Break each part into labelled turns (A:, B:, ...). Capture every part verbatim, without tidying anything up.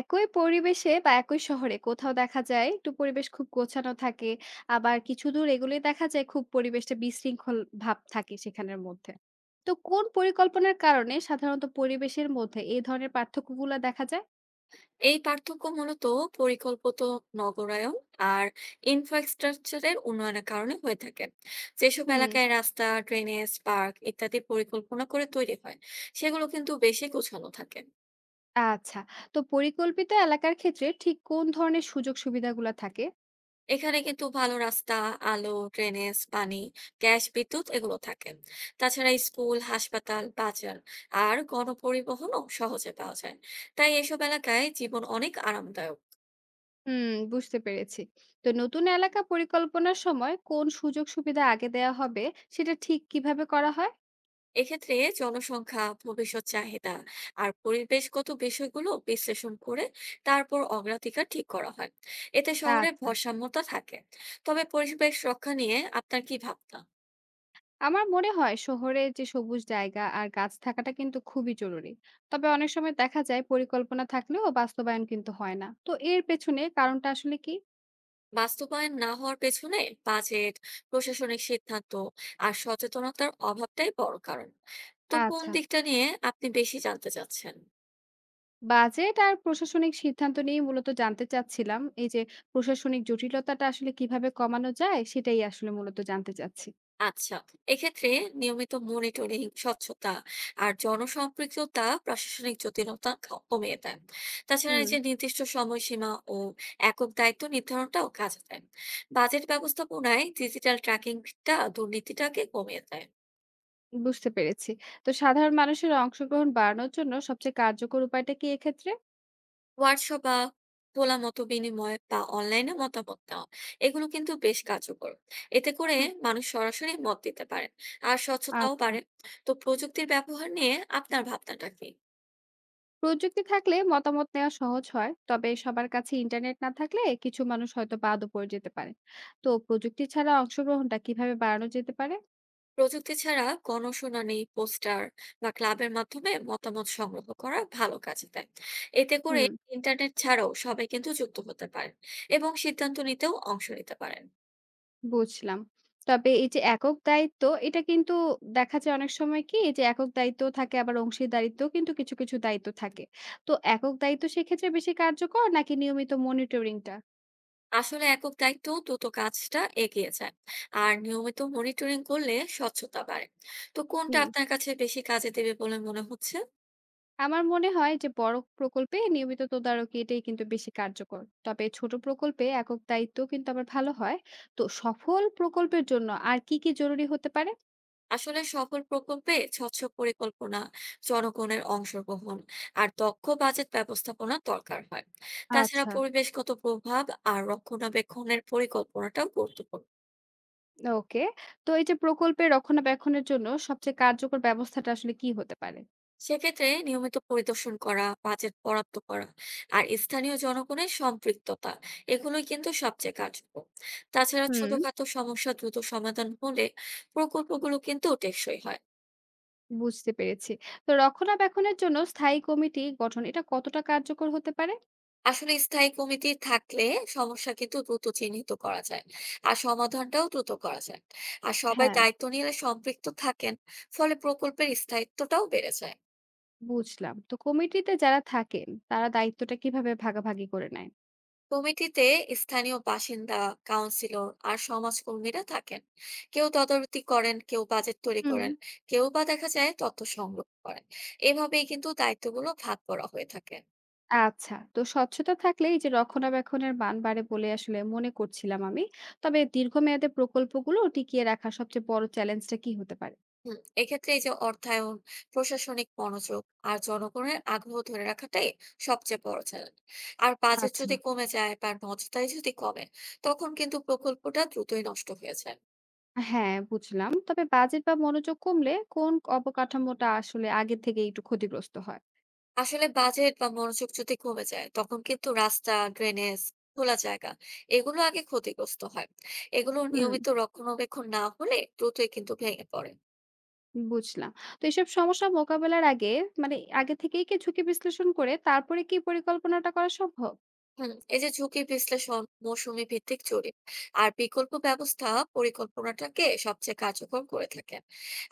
A: একই পরিবেশে বা একই শহরে কোথাও দেখা যায় একটু পরিবেশ খুব গোছানো থাকে, আবার কিছু দূর এগুলে দেখা যায় খুব পরিবেশটা বিশৃঙ্খল ভাব থাকে সেখানের মধ্যে। তো কোন পরিকল্পনার কারণে সাধারণত পরিবেশের মধ্যে এই ধরনের পার্থক্যগুলা দেখা যায়?
B: এই পার্থক্য মূলত পরিকল্পিত নগরায়ন আর ইনফ্রাস্ট্রাকচারের উন্নয়নের কারণে হয়ে থাকে। যেসব
A: হুম।
B: এলাকায় রাস্তা, ড্রেনেজ, পার্ক ইত্যাদি পরিকল্পনা করে তৈরি হয়, সেগুলো কিন্তু বেশি গোছানো থাকে।
A: আচ্ছা, তো পরিকল্পিত এলাকার ক্ষেত্রে ঠিক কোন ধরনের সুযোগ সুবিধাগুলা থাকে?
B: এখানে কিন্তু ভালো রাস্তা, আলো, ড্রেনেজ, পানি, গ্যাস, বিদ্যুৎ এগুলো থাকে। তাছাড়া স্কুল, হাসপাতাল, বাজার আর গণপরিবহনও সহজে পাওয়া যায়। তাই এসব এলাকায় জীবন অনেক আরামদায়ক।
A: হুম, বুঝতে পেরেছি। তো নতুন এলাকা পরিকল্পনার সময় কোন সুযোগ সুবিধা আগে দেয়া হবে সেটা ঠিক কিভাবে করা হয়?
B: এক্ষেত্রে জনসংখ্যা, ভবিষ্যৎ চাহিদা আর পরিবেশগত বিষয়গুলো বিশ্লেষণ করে তারপর অগ্রাধিকার ঠিক করা হয়। এতে শহরের
A: আচ্ছা।
B: ভারসাম্যতা থাকে। তবে পরিবেশ রক্ষা নিয়ে আপনার কি ভাবনা?
A: আমার মনে হয় শহরে যে সবুজ জায়গা আর গাছ থাকাটা কিন্তু খুবই জরুরি। তবে অনেক সময় দেখা যায় পরিকল্পনা থাকলেও বাস্তবায়ন কিন্তু হয় না, তো এর পেছনে কারণটা আসলে কি?
B: বাস্তবায়ন না হওয়ার পেছনে বাজেট, প্রশাসনিক সিদ্ধান্ত আর সচেতনতার অভাবটাই বড় কারণ। তো কোন
A: আচ্ছা।
B: দিকটা নিয়ে আপনি বেশি জানতে চাচ্ছেন?
A: বাজেট আর প্রশাসনিক সিদ্ধান্ত নিয়ে মূলত জানতে চাচ্ছিলাম। এই যে প্রশাসনিক জটিলতাটা আসলে কিভাবে কমানো যায়, সেটাই আসলে মূলত জানতে চাচ্ছি।
B: আচ্ছা, এক্ষেত্রে নিয়মিত মনিটরিং, স্বচ্ছতা আর জনসম্পৃক্ততা প্রশাসনিক জটিলতা ক- কমিয়ে দেন। তাছাড়া এই
A: হুম,
B: যে নির্দিষ্ট সময়সীমা ও একক দায়িত্ব নির্ধারণটাও কাজে দেন। বাজেট ব্যবস্থাপনায় ডিজিটাল ট্র্যাকিংটা দুর্নীতিটাকে কমিয়ে দেয়।
A: বুঝতে পেরেছি। তো সাধারণ মানুষের অংশগ্রহণ বাড়ানোর জন্য সবচেয়ে কার্যকর উপায়টা কি এক্ষেত্রে?
B: হোয়াটসঅ্যাপ বা খোলা মত বিনিময় বা অনলাইনে মতামত নেওয়া, এগুলো কিন্তু বেশ কার্যকর। এতে করে
A: হুম।
B: মানুষ সরাসরি মত দিতে পারেন আর স্বচ্ছতাও
A: আচ্ছা।
B: বাড়ে। তো প্রযুক্তির ব্যবহার নিয়ে আপনার ভাবনাটা কি?
A: প্রযুক্তি থাকলে মতামত নেওয়া সহজ হয়, তবে সবার কাছে ইন্টারনেট না থাকলে কিছু মানুষ হয়তো বাদও পড়ে যেতে পারে। তো প্রযুক্তি ছাড়া অংশগ্রহণটা কিভাবে বাড়ানো যেতে পারে?
B: প্রযুক্তি ছাড়া গণশুনানি, পোস্টার বা ক্লাবের মাধ্যমে মতামত সংগ্রহ করা ভালো কাজে দেয়। এতে করে
A: হুম,
B: ইন্টারনেট ছাড়াও সবাই কিন্তু যুক্ত হতে পারেন এবং সিদ্ধান্ত নিতেও অংশ নিতে পারেন।
A: বুঝলাম। তবে এই যে একক দায়িত্ব, এটা কিন্তু দেখা যায় অনেক সময় কি এই যে একক দায়িত্ব থাকে, আবার অংশীদারিত্ব কিন্তু কিছু কিছু দায়িত্ব থাকে। তো একক দায়িত্ব সেক্ষেত্রে বেশি কার্যকর নাকি নিয়মিত মনিটরিংটা?
B: আসলে একক দায়িত্ব দ্রুত কাজটা এগিয়ে যায়, আর নিয়মিত মনিটরিং করলে স্বচ্ছতা বাড়ে। তো কোনটা
A: কি,
B: আপনার কাছে বেশি কাজে দেবে বলে মনে হচ্ছে?
A: আমার মনে হয় যে বড় প্রকল্পে নিয়মিত তদারকি এটাই কিন্তু বেশি কার্যকর। তবে ছোট প্রকল্পে একক দায়িত্ব কিন্তু আবার ভালো হয়। তো সফল প্রকল্পের জন্য আর কি কি জরুরি হতে পারে?
B: আসলে সফল প্রকল্পে স্বচ্ছ পরিকল্পনা, জনগণের অংশগ্রহণ আর দক্ষ বাজেট ব্যবস্থাপনা দরকার হয়। তাছাড়া
A: আচ্ছা।
B: পরিবেশগত প্রভাব আর রক্ষণাবেক্ষণের পরিকল্পনাটাও গুরুত্বপূর্ণ।
A: ওকে। তো এই যে প্রকল্পের রক্ষণাবেক্ষণের জন্য সবচেয়ে কার্যকর ব্যবস্থাটা আসলে কি হতে পারে?
B: সেক্ষেত্রে নিয়মিত পরিদর্শন করা, বাজেট বরাদ্দ করা আর স্থানীয় জনগণের সম্পৃক্ততা, এগুলোই কিন্তু সবচেয়ে কার্যকর। তাছাড়া
A: হুম,
B: ছোটখাটো সমস্যা দ্রুত সমাধান হলে প্রকল্পগুলো কিন্তু টেকসই হয়।
A: বুঝতে পেরেছি। তো রক্ষণাবেক্ষণের জন্য স্থায়ী কমিটি গঠন এটা কতটা কার্যকর হতে পারে?
B: আসলে স্থায়ী কমিটি থাকলে সমস্যা কিন্তু দ্রুত চিহ্নিত করা যায় আর সমাধানটাও দ্রুত করা যায়। আর সবাই
A: হ্যাঁ,
B: দায়িত্ব নিয়ে সম্পৃক্ত থাকেন। ফলে প্রকল্পের স্থায়িত্বটাও বেড়ে যায়।
A: বুঝলাম। তো কমিটিতে যারা থাকেন তারা দায়িত্বটা কিভাবে ভাগাভাগি করে নেয়?
B: কমিটিতে স্থানীয় বাসিন্দা, কাউন্সিলর আর সমাজকর্মীরা থাকেন। কেউ তদারকি করেন, কেউ বাজেট তৈরি
A: হুম।
B: করেন, কেউ বা দেখা যায় তথ্য সংগ্রহ করেন। এভাবেই কিন্তু দায়িত্বগুলো ভাগ করা হয়ে থাকে।
A: আচ্ছা। তো স্বচ্ছতা থাকলে এই যে রক্ষণাবেক্ষণের মান বাড়ে বলে আসলে মনে করছিলাম আমি। তবে দীর্ঘমেয়াদে প্রকল্পগুলো টিকিয়ে রাখার সবচেয়ে বড় চ্যালেঞ্জটা কি হতে পারে?
B: হুম, এক্ষেত্রে এই যে অর্থায়ন, প্রশাসনিক মনোযোগ আর জনগণের আগ্রহ ধরে রাখাটাই সবচেয়ে বড় চ্যালেঞ্জ। আর বাজেট
A: আচ্ছা।
B: যদি কমে যায় বা নজরদারি যদি কমে, তখন কিন্তু প্রকল্পটা দ্রুতই নষ্ট হয়ে যায়।
A: হ্যাঁ, বুঝলাম। তবে বাজেট বা মনোযোগ কমলে কোন অবকাঠামোটা আসলে আগে থেকে একটু ক্ষতিগ্রস্ত হয়?
B: আসলে বাজেট বা মনোযোগ যদি কমে যায়, তখন কিন্তু রাস্তা, ড্রেনেজ, খোলা জায়গা, এগুলো আগে ক্ষতিগ্রস্ত হয়। এগুলো
A: হুম,
B: নিয়মিত রক্ষণাবেক্ষণ না হলে দ্রুতই কিন্তু ভেঙে পড়ে।
A: বুঝলাম। তো এসব সমস্যা মোকাবেলার আগে, মানে আগে থেকেই কি ঝুঁকি বিশ্লেষণ করে তারপরে কি পরিকল্পনাটা করা সম্ভব?
B: হুম, এই যে ঝুঁকি বিশ্লেষণ, মৌসুমি ভিত্তিক জরিপ আর বিকল্প ব্যবস্থা পরিকল্পনাটাকে সবচেয়ে কার্যকর করে থাকেন।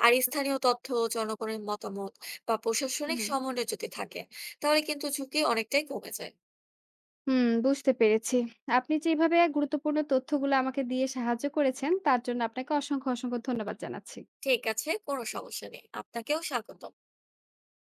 B: আর স্থানীয় তথ্য, জনগণের মতামত বা প্রশাসনিক
A: হুম।
B: সমন্বয় যদি থাকে, তাহলে কিন্তু ঝুঁকি অনেকটাই কমে যায়।
A: হুম, বুঝতে পেরেছি। আপনি যেভাবে গুরুত্বপূর্ণ তথ্যগুলো আমাকে দিয়ে সাহায্য করেছেন, তার জন্য আপনাকে অসংখ্য, অসংখ্য ধন্যবাদ জানাচ্ছি।
B: ঠিক আছে, কোনো সমস্যা নেই, আপনাকেও স্বাগত।